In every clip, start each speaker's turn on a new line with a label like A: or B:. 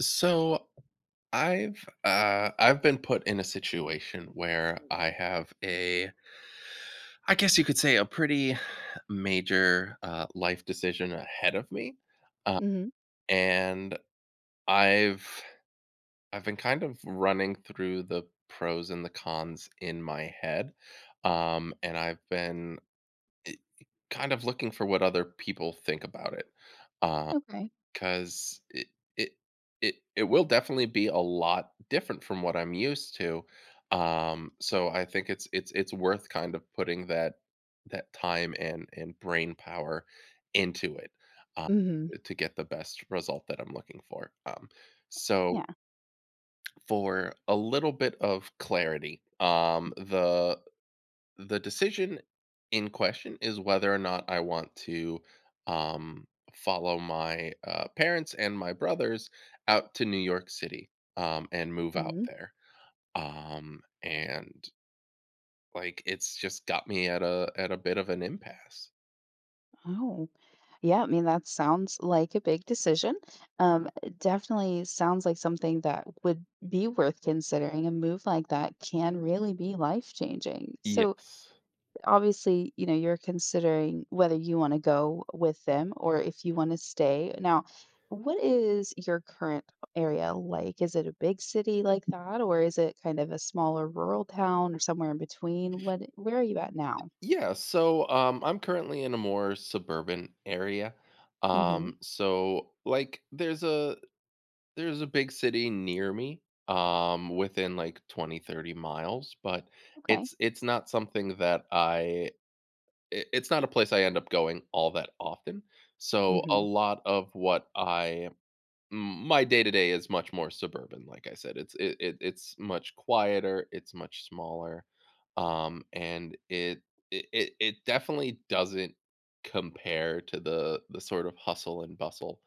A: So I've been put in a situation where I have a, I guess you could say, a pretty major life decision ahead of me, uh,
B: Mhm.
A: and I've I've been kind of running through the pros and the cons in my head, and I've been eh, kind of looking for what other people think about it. um,
B: Okay.
A: 'Cause it it will definitely be a lot different from what I'm used to, so I think it's worth kind of putting that time and brain power into it, um,
B: Mhm.
A: to get the best result that I'm looking for. So
B: Yeah.
A: for a little bit of clarity, the decision in question is whether or not I want to, um, follow my parents and my brothers out to New York City and move out
B: Mhm.
A: there. And like it's just got me at a bit of an impasse.
B: Oh. Yeah, I mean, that sounds like a big decision. It definitely sounds like something that would be worth considering. A move like that can really be life-changing. So,
A: Yes.
B: obviously, you know, you're considering whether you wanna go with them or if you wanna stay. Now, what is your current area like? Is it a big city like that, or is it kind of a smaller rural town or somewhere in between? What where are you at now?
A: Yeah, so I'm currently in a more suburban area.
B: Hmm.
A: Um so like there's a There's a big city near me, within, like, 20, 30 miles, but
B: Okay.
A: it's not something that I it's not a place I end up going all that often, so a
B: Hmm.
A: lot of what I m my day-to-day is much more suburban. Like I said, it's much quieter, it's much smaller, and it definitely doesn't compare to the sort of hustle and bustle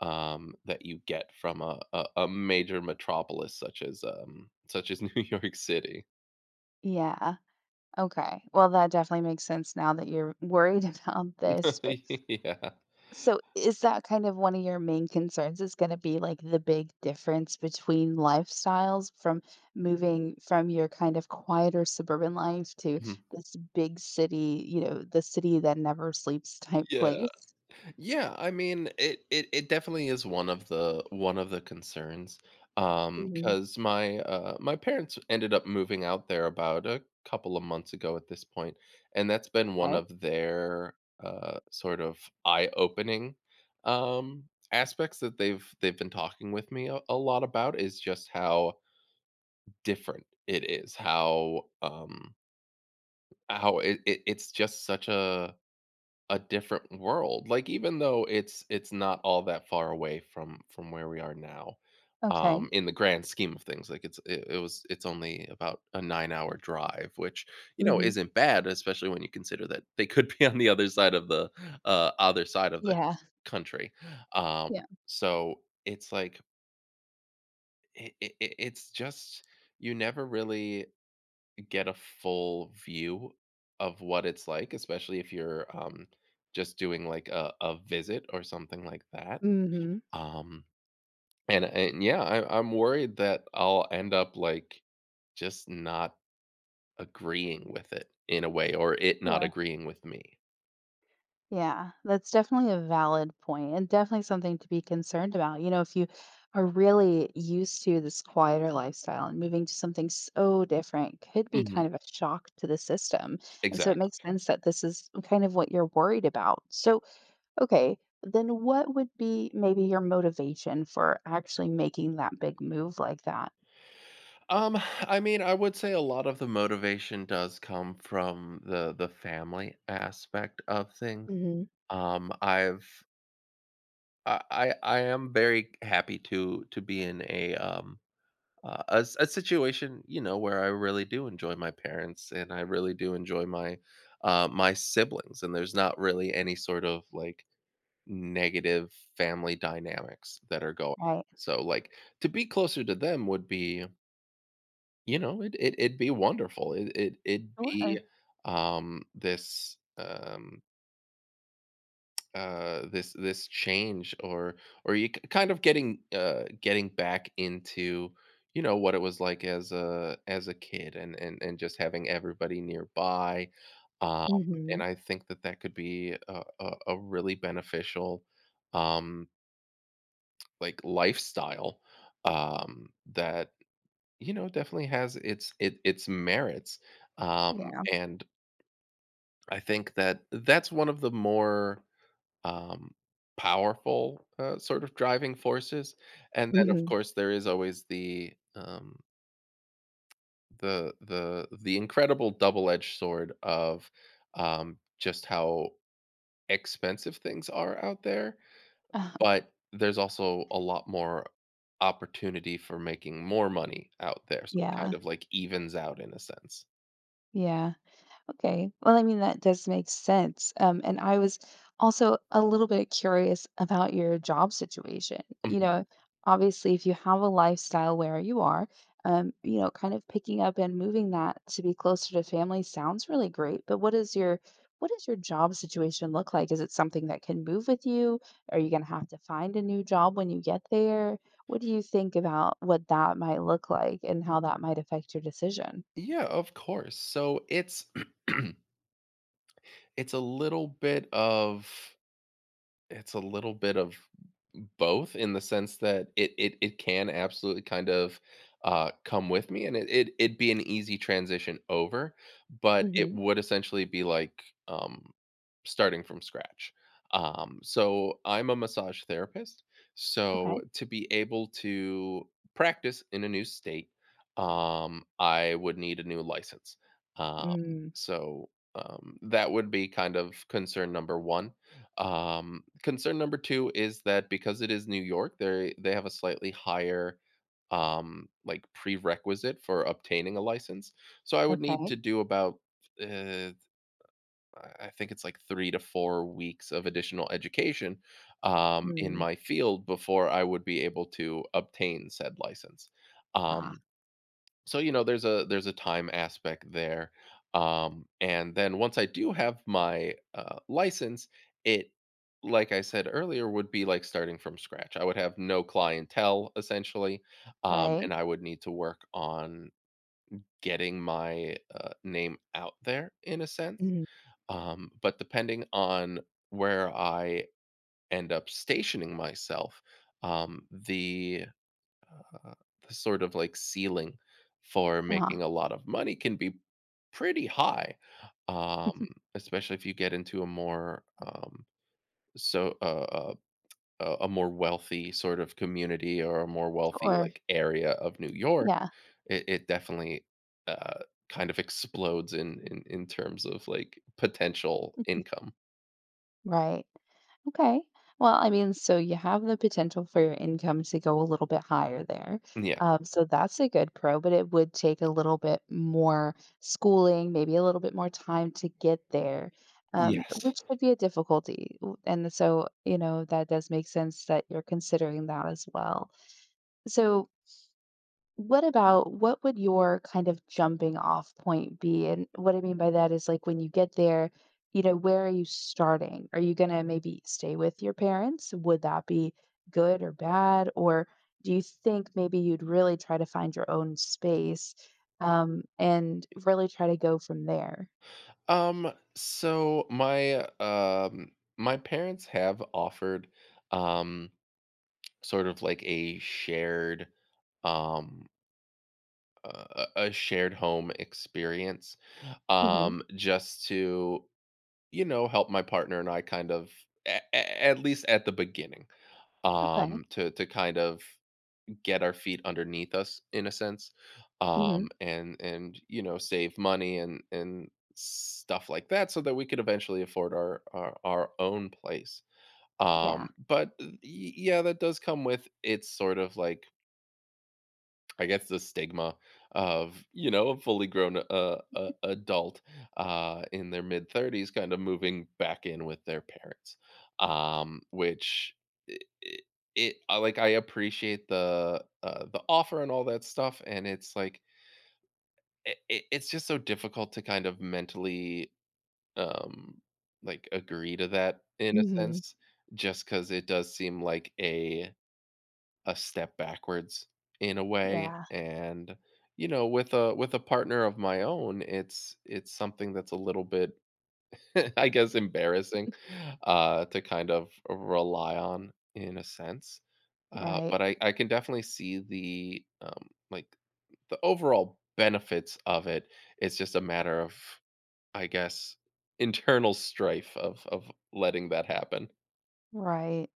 A: that you get from a major metropolis such as New York City.
B: Yeah. Okay. Well, that definitely makes sense now that you're worried about this. But
A: Yeah.
B: so is that kind of one of your main concerns is going to be like the big difference between lifestyles from moving from your kind of quieter suburban life to
A: Mhm.
B: this big city, you know, the city that never sleeps type
A: Yeah.
B: place?
A: Yeah, I mean, it definitely is one of the concerns.
B: Hmm.
A: Because my parents ended up moving out there about a couple of months ago at this point, and that's been one
B: Okay.
A: of their sort of eye-opening um aspects that they've been talking with me a lot about, is just how different it is, how it it's just such a different world. Like, even though it's not all that far away from where we are now,
B: Okay.
A: in the grand scheme of things. Like, it's it, it was it's only about a 9-hour drive, which, you know,
B: Hmm.
A: isn't bad, especially when you consider that they could be on the other side of the other side of the
B: Yeah.
A: country. um
B: Yeah.
A: so it's like, it's just, you never really get a full view of what it's like, especially if you're just doing like a visit or something like that.
B: Hmm.
A: Um, and yeah, I'm worried that I'll end up like just not agreeing with it in a way, or it not
B: Sure.
A: agreeing with me.
B: Yeah, that's definitely a valid point and definitely something to be concerned about. You know, if you are really used to this quieter lifestyle and moving to something so different could be
A: Hmm.
B: kind of a shock to the system. And so it makes
A: Exactly.
B: sense that this is kind of what you're worried about. So, okay, then what would be maybe your motivation for actually making that big move like that?
A: Um, I mean, I would say a lot of the motivation does come from the family aspect of things.
B: Hmm.
A: I've I am very happy to be in a s a situation, you know, where I really do enjoy my parents and I really do enjoy my, my siblings, and there's not really any sort of, like, negative family dynamics that are going.
B: Right.
A: So, like, to be closer to them would be, you know, it'd be wonderful. It'd be,
B: Sure.
A: um, this, um this change, or you kind of getting, getting back into, you know, what it was like as a kid and just having everybody nearby, um and
B: Hmm.
A: I think that could be a, a really beneficial, um like, lifestyle, that, you know, definitely has its merits, um
B: Yeah.
A: and I think that that's one of the more, um, powerful, sort of driving forces. And then, of
B: Hmm.
A: course, there is always the incredible double-edged sword of, just how expensive things are out there, but there's also a lot more opportunity for making more money out there, so it kind
B: Yeah.
A: of, like, evens out in a sense.
B: Yeah. Okay. Well, I mean, that does make sense. And I was also a little bit curious about your job situation. You
A: Mhm.
B: know, obviously, if you have a lifestyle where you are, you know, kind of picking up and moving that to be closer to family sounds really great. But what does your job situation look like? Is it something that can move with you? Are you going to have to find a new job when you get there? What do you think about what that might look like and how that might affect your decision?
A: Yeah, of course. So it's it's a little bit of, It's a little bit of both, in the sense that it can absolutely kind of, come with me, and it'd be an easy transition over, but it
B: Hmm.
A: would essentially be like, um, starting from scratch. So I'm a massage therapist, so
B: Okay.
A: to be able to practice in a new state, I would need a new license. Um,
B: Mm.
A: so, that would be kind of concern number 1. Concern number 2 is that because it is New York, they have a slightly higher, like, prerequisite for obtaining a license. So I would need
B: Okay.
A: to do about, uh, I think it's like 3 to 4 weeks of additional education, in
B: Mm.
A: my field before I would be able to obtain said license.
B: Ah,
A: Um, so, you know, there's a time aspect there, and then once I do have my license, it, like I said earlier, would be like starting from scratch. I would have no clientele, essentially,
B: right.
A: and I would need to work on getting my name out there, in a sense,
B: Mhm.
A: but depending on where I end up stationing myself, um the uh, the sort of, like, ceiling for
B: Uh-huh.
A: making a lot of money can be pretty high, um, especially if you get into a more, so uh, uh, a more wealthy sort of community, or a more wealthy,
B: Sure.
A: like, area of New York.
B: Yeah,
A: It definitely, uh, kind of explodes in, in terms of, like, potential income.
B: right. Okay. Well, I mean, so you have the potential for your income to go a little bit higher there.
A: Yeah.
B: So that's a good pro, but it would take a little bit more schooling, maybe a little bit more time to get there,
A: Yes.
B: which could be a difficulty. And so, you know, that does make sense that you're considering that as well. So, what about what would your kind of jumping off point be? And what I mean by that is like when you get there, you know, where are you starting? Are you going to maybe stay with your parents? Would that be good or bad? Or do you think maybe you'd really try to find your own space, and really try to go from there?
A: Um so my um my parents have offered, um sort of like a shared, um a shared home experience,
B: Hmm.
A: just to, you know, help my partner and I kind of, at least at the beginning,
B: Okay.
A: to kind of get our feet underneath us, in a sense,
B: Hmm.
A: and, you know, save money and stuff like that, so that we could eventually afford our own place, um
B: Yeah.
A: but yeah, that does come with its sort of, like, I guess, the stigma of, you know, a fully grown, adult, in their mid 30s, kind of moving back in with their parents, which, it, it, like, I appreciate the, the offer and all that stuff, and it's like, it's just so difficult to kind of mentally, um, like, agree to that, in a
B: Hmm.
A: sense, just because it does seem like a step backwards, in a way,
B: Yeah.
A: and, you know, with a partner of my own, it's something that's a little bit, I guess, embarrassing, to kind of rely on, in a sense,
B: Right.
A: but I can definitely see the, like, the overall benefits of it. It's just a matter of, I guess, internal strife of letting that happen.
B: Right.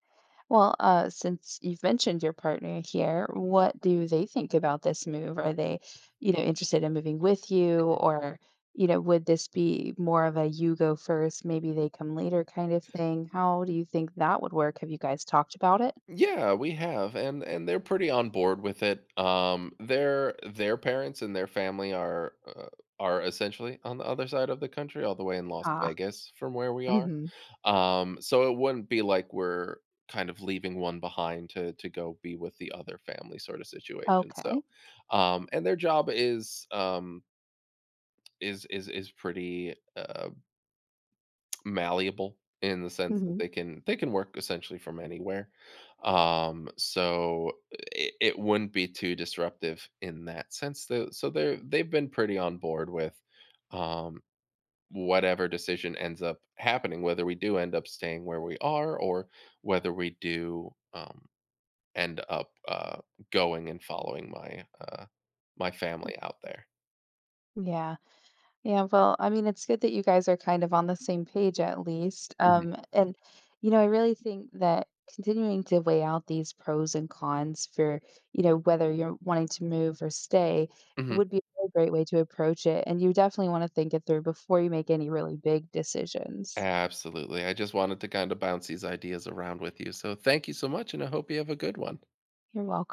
B: Well, since you've mentioned your partner here, what do they think about this move? Are they, you know, interested in moving with you, or, you know, would this be more of a you go first, maybe they come later kind of thing? How do you think that would work? Have you guys talked about it?
A: Yeah, we have, and they're pretty on board with it. Their parents and their family are, are essentially on the other side of the country, all the way in Las
B: Ah,
A: Vegas from where we are.
B: hmm,
A: So it wouldn't be like we're kind of leaving one behind to go be with the other family, sort of situation. So,
B: okay.
A: and their job is, is pretty malleable, in the sense that
B: Hmm.
A: they can work essentially from anywhere. So it, it wouldn't be too disruptive, in that sense. Though, so they've been pretty on board with, um, whatever decision ends up happening, whether we do end up staying where we are, or whether we do, end up, going and following my, my family out there.
B: Yeah. Yeah, well, I mean, it's good that you guys are kind of on the same page at least.
A: Mhm.
B: And, you know, I really think that continuing to weigh out these pros and cons for, you know, whether you're wanting to move or stay
A: Mhm.
B: would be a really great way to approach it. And you definitely want to think it through before you make any really big decisions.
A: Absolutely. I just wanted to kind of bounce these ideas around with you. So thank you so much, and I hope you have a good one.
B: You're welcome.